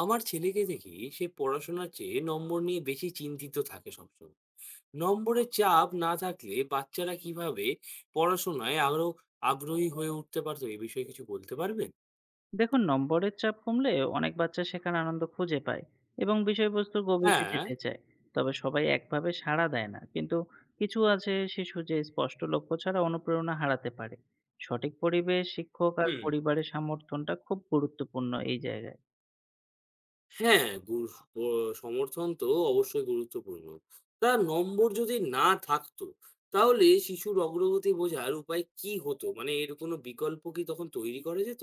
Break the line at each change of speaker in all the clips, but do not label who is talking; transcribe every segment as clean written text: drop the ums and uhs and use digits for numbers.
আমার ছেলেকে দেখি সে পড়াশোনার চেয়ে নম্বর নিয়ে বেশি চিন্তিত থাকে সবসময়। নম্বরের চাপ না থাকলে বাচ্চারা কিভাবে পড়াশোনায় আরো আগ্রহী হয়ে উঠতে পারতো, এ বিষয়ে কিছু বলতে পারবেন?
দেখুন নম্বরের চাপ কমলে অনেক বাচ্চা শেখার আনন্দ খুঁজে পায় এবং বিষয়বস্তুর গভীরে
হ্যাঁ।
যেতে চায়। তবে সবাই একভাবে সাড়া দেয় না কিন্তু, কিছু আছে শিশু যে স্পষ্ট লক্ষ্য ছাড়া অনুপ্রেরণা হারাতে পারে। সঠিক পরিবেশ, শিক্ষক আর
হুম।
পরিবারের সমর্থনটা খুব গুরুত্বপূর্ণ এই জায়গায়।
হ্যাঁ, সমর্থন তো অবশ্যই গুরুত্বপূর্ণ। তার নম্বর যদি না থাকতো, তাহলে শিশুর অগ্রগতি বোঝার উপায় কি হতো? মানে এর কোনো বিকল্প কি তখন তৈরি করা যেত?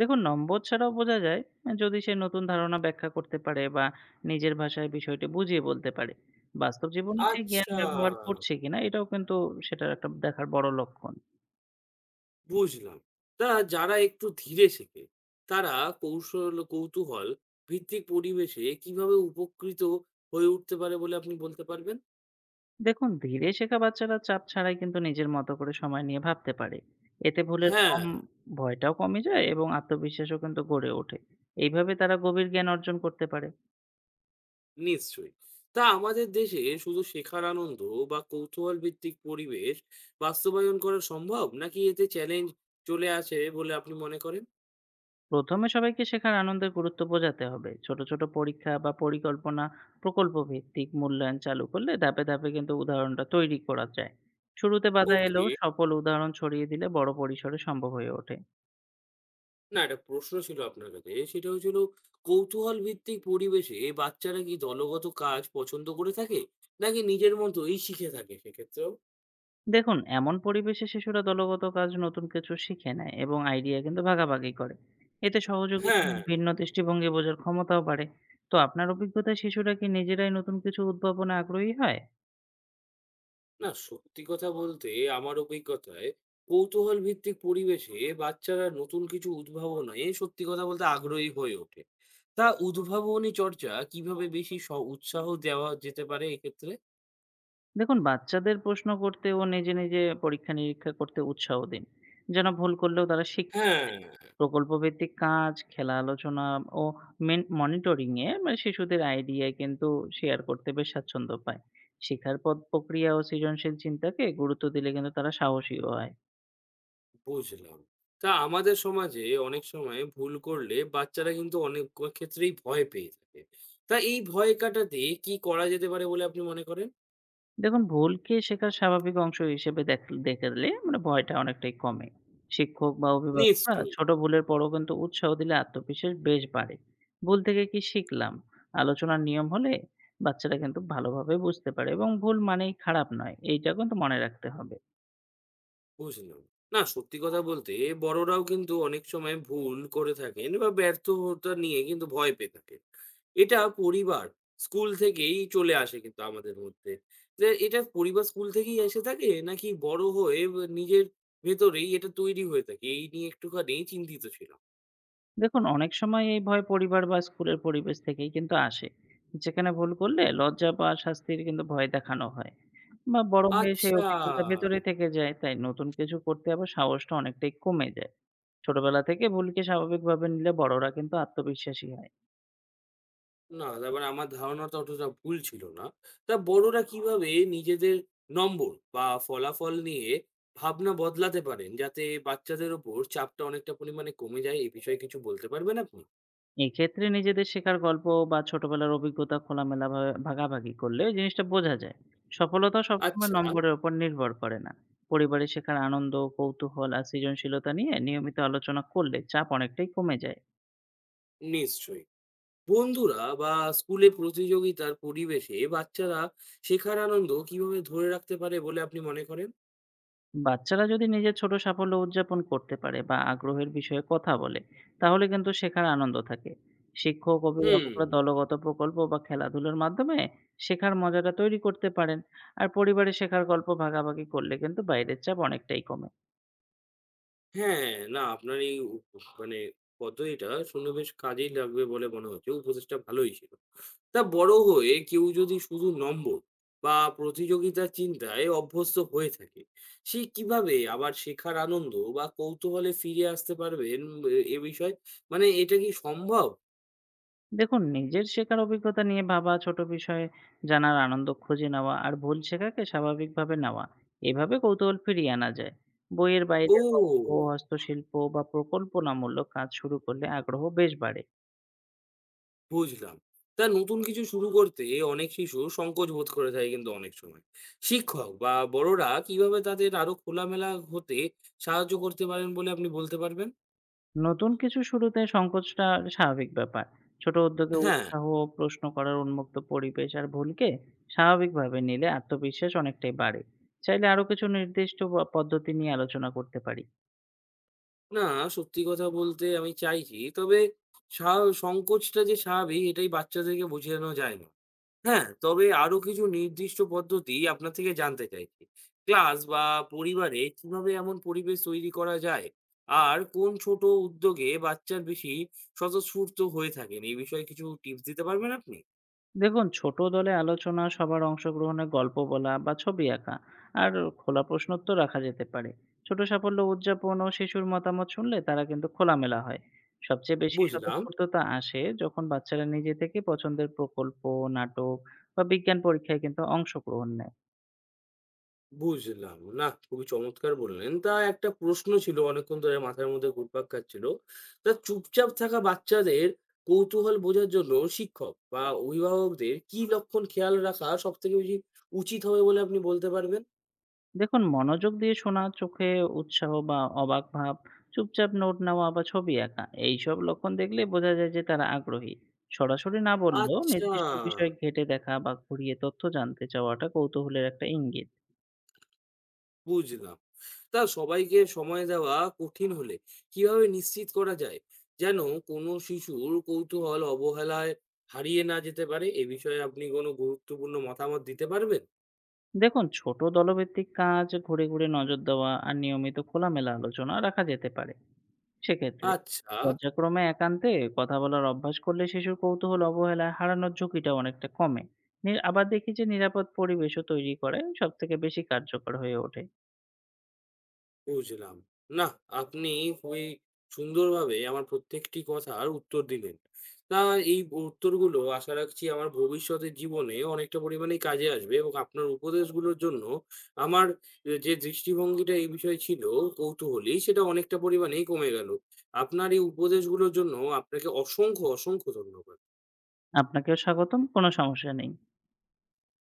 দেখুন, নম্বর ছাড়াও বোঝা যায় যদি সে নতুন ধারণা ব্যাখ্যা করতে পারে বা নিজের ভাষায় বিষয়টি বুঝিয়ে বলতে পারে। বাস্তব জীবনে সে জ্ঞান
আচ্ছা,
ব্যবহার করছে কিনা এটাও কিন্তু সেটার একটা দেখার বড় লক্ষণ।
বুঝলাম। তা যারা একটু ধীরে শেখে, তারা কৌতূহল ভিত্তিক পরিবেশে কিভাবে উপকৃত হয়ে উঠতে পারে বলে আপনি বলতে পারবেন?
দেখুন, ধীরে শেখা বাচ্চারা চাপ ছাড়াই কিন্তু নিজের মতো করে সময় নিয়ে ভাবতে পারে। এতে ভুলের
হ্যাঁ,
কম ভয়টাও কমে যায় এবং আত্মবিশ্বাসও কিন্তু গড়ে ওঠে। এইভাবে তারা গভীর জ্ঞান অর্জন করতে পারে।
নিশ্চয়ই। তা আমাদের দেশে শুধু শেখার আনন্দ বা কৌতূহল ভিত্তিক পরিবেশ বাস্তবায়ন করা সম্ভব? নাকি এতে চ্যালেঞ্জ চলে আসে বলে আপনি মনে করেন?
প্রথমে সবাইকে শেখার আনন্দের গুরুত্ব বোঝাতে হবে। ছোট ছোট পরীক্ষা বা পরিকল্পনা, প্রকল্প ভিত্তিক মূল্যায়ন চালু করলে ধাপে ধাপে কিন্তু উদাহরণটা তৈরি করা যায়। শুরুতে বাধা এলেও
ওকে।
সফল উদাহরণ ছড়িয়ে দিলে বড় পরিসরে সম্ভব হয়ে ওঠে।
না, একটা প্রশ্ন ছিল আপনার কাছে। সেটা হলো, কৌতূহল ভিত্তিক পরিবেশে বাচ্চারা কি দলগত কাজ পছন্দ করে থাকে? নাকি নিজের মতোই শিখে থাকে সেক্ষেত্রেও?
দেখুন, এমন পরিবেশে শিশুরা দলগত কাজ, নতুন কিছু শিখে নেয় এবং আইডিয়া কিন্তু ভাগাভাগি করে। এতে
হ্যাঁ,
সহযোগিতার ভিন্ন দৃষ্টিভঙ্গি বোঝার ক্ষমতাও বাড়ে। তো আপনার অভিজ্ঞতায় শিশুরা কি নিজেরাই নতুন কিছু উদ্ভাবনে আগ্রহী হয়?
না সত্যি কথা বলতে আমার অভিজ্ঞতায় কৌতূহল ভিত্তিক পরিবেশে বাচ্চারা নতুন কিছু উদ্ভাবনে সত্যি কথা বলতে আগ্রহী হয়ে ওঠে। তা উদ্ভাবনী চর্চা কিভাবে বেশি উৎসাহ দেওয়া যেতে পারে এক্ষেত্রে?
দেখুন, বাচ্চাদের প্রশ্ন করতে ও নিজে নিজে পরীক্ষা-নিরীক্ষা করতে উৎসাহ দিন। যেন ভুল করলেও তারা শিখতে
হ্যাঁ।
প্রকল্পভিত্তিক কাজ, খেলা, আলোচনা ও মনিটরিং এ মানে শিশুদের আইডিয়া কিন্তু শেয়ার করতে বেশ স্বাচ্ছন্দ্য পায়। শেখার পথ, প্রক্রিয়া ও সৃজনশীল চিন্তাকে গুরুত্ব দিলে কিন্তু তারা সাহসীও হয়।
বুঝলাম। তা আমাদের সমাজে অনেক সময় ভুল করলে বাচ্চারা কিন্তু অনেক ক্ষেত্রেই ভয় পেয়ে থাকে। তা এই ভয় কাটাতে কি করা যেতে পারে বলে আপনি মনে করেন?
দেখুন, ভুলকে শেখার স্বাভাবিক অংশ হিসেবে দেখলে মানে ভয়টা অনেকটাই কমে। শিক্ষক বা অভিভাবকরা
নিশ্চয়ই,
ছোট ভুলের পরও কিন্তু উৎসাহ দিলে আত্মবিশ্বাস বেশ বাড়ে। ভুল থেকে কি শিখলাম? আলোচনার নিয়ম হলে বাচ্চারা কিন্তু ভালোভাবে বুঝতে পারে এবং ভুল মানেই খারাপ নয়। এইটা কিন্তু মনে রাখতে হবে।
বুঝলাম। না সত্যি কথা বলতে বড়রাও কিন্তু অনেক সময় ভুল করে থাকেন বা ব্যর্থতা নিয়ে কিন্তু ভয় পেয়ে থাকেন। এটা পরিবার, স্কুল থেকেই চলে আসে কিন্তু আমাদের মধ্যে। যে এটা পরিবার স্কুল থেকেই এসে থাকে নাকি বড় হয়ে নিজের ভেতরেই এটা তৈরি হয়ে থাকে? এই নিয়ে একটুখানি চিন্তিত ছিলাম।
দেখুন, অনেক সময় এই ভয় পরিবার বা স্কুলের পরিবেশ থেকেই কিন্তু আসে, যেখানে ভুল করলে লজ্জা বা শাস্তির কিন্তু ভয় দেখানো হয়। বা বড় হয়ে সেই
আচ্ছা!
অভিজ্ঞতা ভেতরে থেকে যায়। তাই নতুন কিছু করতে আবার সাহসটা অনেকটাই কমে যায়। ছোটবেলা থেকে ভুলকে স্বাভাবিকভাবে নিলে বড়রা কিন্তু আত্মবিশ্বাসী হয়।
না তার মানে আমার ধারণাটা অতটা ভুল ছিল না। তা বড়রা কিভাবে নিজেদের নম্বর বা ফলাফল নিয়ে ভাবনা বদলাতে পারেন যাতে বাচ্চাদের উপর চাপটা অনেকটা পরিমাণে কমে যায়, এ বিষয়ে কিছু বলতে পারবেন আপনি?
এক্ষেত্রে নিজেদের শেখার গল্প বা ছোটবেলার অভিজ্ঞতা খোলামেলা ভাবে ভাগাভাগি করলে ওই জিনিসটা বোঝা যায়। সফলতা সবসময়
আচ্ছা,
নম্বরের উপর নির্ভর করে না। পরিবারে শেখার আনন্দ, কৌতূহল আর সৃজনশীলতা নিয়ে নিয়মিত আলোচনা করলে চাপ অনেকটাই কমে যায়।
নিশ্চয়ই। বন্ধুরা বা স্কুলে প্রতিযোগিতার পরিবেশে বাচ্চারা শেখার আনন্দ কিভাবে ধরে রাখতে পারে বলে আপনি মনে করেন?
বাচ্চারা যদি নিজের ছোট সাফল্য উদযাপন করতে পারে বা আগ্রহের বিষয়ে কথা বলে, তাহলে কিন্তু শেখার আনন্দ থাকে। শিক্ষক,
হুম।
অভিভাবকরা দলগত প্রকল্প বা খেলাধুলার মাধ্যমে শেখার মজাটা তৈরি করতে পারেন। আর পরিবারে শেখার গল্প ভাগাভাগি করলে কিন্তু বাইরের চাপ অনেকটাই কমে।
হ্যাঁ, না আপনার এই উ মানে পদ্ধতিটা শুনে বেশ কাজেই লাগবে বলে মনে হচ্ছে। উপদেশটা ভালোই ছিল। তা বড় হয়ে কেউ যদি শুধু নম্বর বা প্রতিযোগিতার চিন্তায় অভ্যস্ত হয়ে থাকে, সে কিভাবে আবার শেখার আনন্দ বা কৌতূহলে ফিরে আসতে পারবেন এ এ বিষয়ে? মানে এটা কি সম্ভব?
দেখুন, নিজের শেখার অভিজ্ঞতা নিয়ে ভাবা, ছোট বিষয়ে জানার আনন্দ খুঁজে নেওয়া আর ভুল শেখাকে স্বাভাবিকভাবে নেওয়া। এভাবে কৌতূহল ফিরিয়ে আনা যায়। বইয়ের বাইরে
ও!
গল্প, হস্তশিল্প বা প্রকল্পনামূলক কাজ শুরু করলে আগ্রহ বেশ বাড়ে।
বুঝলাম। তা নতুন কিছু শুরু করতে অনেক শিশু সংকোচ বোধ করে থাকে কিন্তু অনেক সময়। শিক্ষক বা বড়রা কিভাবে তাদের আরো খোলামেলা হতে সাহায্য করতে পারেন বলে আপনি বলতে পারবেন?
নতুন কিছু শুরুতে সংকোচটা স্বাভাবিক ব্যাপার। ছোট উদ্যোগে
হ্যাঁ।
উৎসাহ, প্রশ্ন করার উন্মুক্ত পরিবেশ আর ভুলকে স্বাভাবিকভাবে নিলে আত্মবিশ্বাস অনেকটাই বাড়ে। চাইলে আরো কিছু নির্দিষ্ট বা পদ্ধতি নিয়ে আলোচনা করতে পারি।
না, সত্যি কথা বলতে আমি চাইছি। তবে সা সংকোচটা যে স্বাভাবিক এটাই বাচ্চাদেরকে বুঝিয়ে দেওয়া যায় না। হ্যাঁ, তবে আরো কিছু নির্দিষ্ট পদ্ধতি আপনার থেকে জানতে চাইছি। ক্লাস বা পরিবারে কিভাবে এমন পরিবেশ তৈরি করা যায়? আর কোন ছোট উদ্যোগে বাচ্চার বেশি স্বতঃস্ফূর্ত হয়ে থাকেন? এই বিষয়ে কিছু টিপস দিতে পারবেন আপনি?
দেখুন, ছোট দলে আলোচনা, সবার অংশগ্রহণে গল্প বলা বা ছবি আঁকা আর খোলা প্রশ্নোত্তর রাখা যেতে পারে। ছোট সাফল্য উদযাপন ও শিশুর মতামত শুনলে তারা কিন্তু খোলামেলা হয়। সবচেয়ে বেশি
বুঝলাম,
স্বতঃস্ফূর্ততা আসে যখন বাচ্চারা নিজে থেকে পছন্দের প্রকল্প, নাটক বা বিজ্ঞান পরীক্ষায় কিন্তু অংশগ্রহণ নেয়।
বুঝলাম। নাহ, খুবই চমৎকার বললেন। তা একটা প্রশ্ন ছিল অনেকক্ষণ ধরে মাথার মধ্যে ঘুরপাক খাচ্ছিল। তা চুপচাপ থাকা বাচ্চাদের কৌতূহল বোঝার জন্য শিক্ষক বা অভিভাবকদের কি লক্ষণ খেয়াল রাখা সবথেকে বেশি উচিত হবে বলে আপনি বলতে পারবেন?
দেখুন, মনোযোগ দিয়ে শোনা, চোখে উৎসাহ বা অবাক ভাব, চুপচাপ নোট নেওয়া বা ছবি আঁকা, এইসব লক্ষণ দেখলে বোঝা যায় যে তারা আগ্রহী। সরাসরি না বললেও
আচ্ছা,
নির্দিষ্ট বিষয় ঘেঁটে দেখা বা ঘুরিয়ে তথ্য জানতে চাওয়াটা কৌতূহলের একটা ইঙ্গিত।
বুঝলাম। তা সবাইকে সময় দেওয়া কঠিন হলে কিভাবে নিশ্চিত করা যায় যেন কোনো শিশুর কৌতূহল অবহেলায় হারিয়ে না যেতে পারে? এ বিষয়ে আপনি কোনো গুরুত্বপূর্ণ মতামত দিতে পারবেন?
দেখুন, ছোট দলভিত্তিক কাজ, ঘুরে ঘুরে নজর দেওয়া আর নিয়মিত খোলামেলা আলোচনা রাখা যেতে পারে। সেক্ষেত্রে
আচ্ছা।
পর্যায়ক্রমে একান্তে কথা বলার অভ্যাস করলে শিশুর কৌতূহল অবহেলা হারানোর ঝুঁকিটা অনেকটা কমে। আবার দেখি যে নিরাপদ পরিবেশও তৈরি করে সবথেকে বেশি কার্যকর হয়ে ওঠে।
বুঝলাম। নাহ, আপনি খুবই সুন্দরভাবে আমার প্রত্যেকটি কথার উত্তর দিলেন। তা এই উত্তরগুলো আশা রাখছি আমার ভবিষ্যতের জীবনে অনেকটা পরিমাণেই কাজে আসবে এবং আপনার উপদেশগুলোর জন্য আমার এ যে দৃষ্টিভঙ্গিটা এই বিষয়ে ছিল কৌতূহলী, সেটা অনেকটা পরিমাণেই কমে গেল। আপনার এই উপদেশগুলোর জন্য আপনাকে অসংখ্য, অসংখ্য ধন্যবাদ।
আপনাকেও স্বাগতম, কোনো সমস্যা নেই।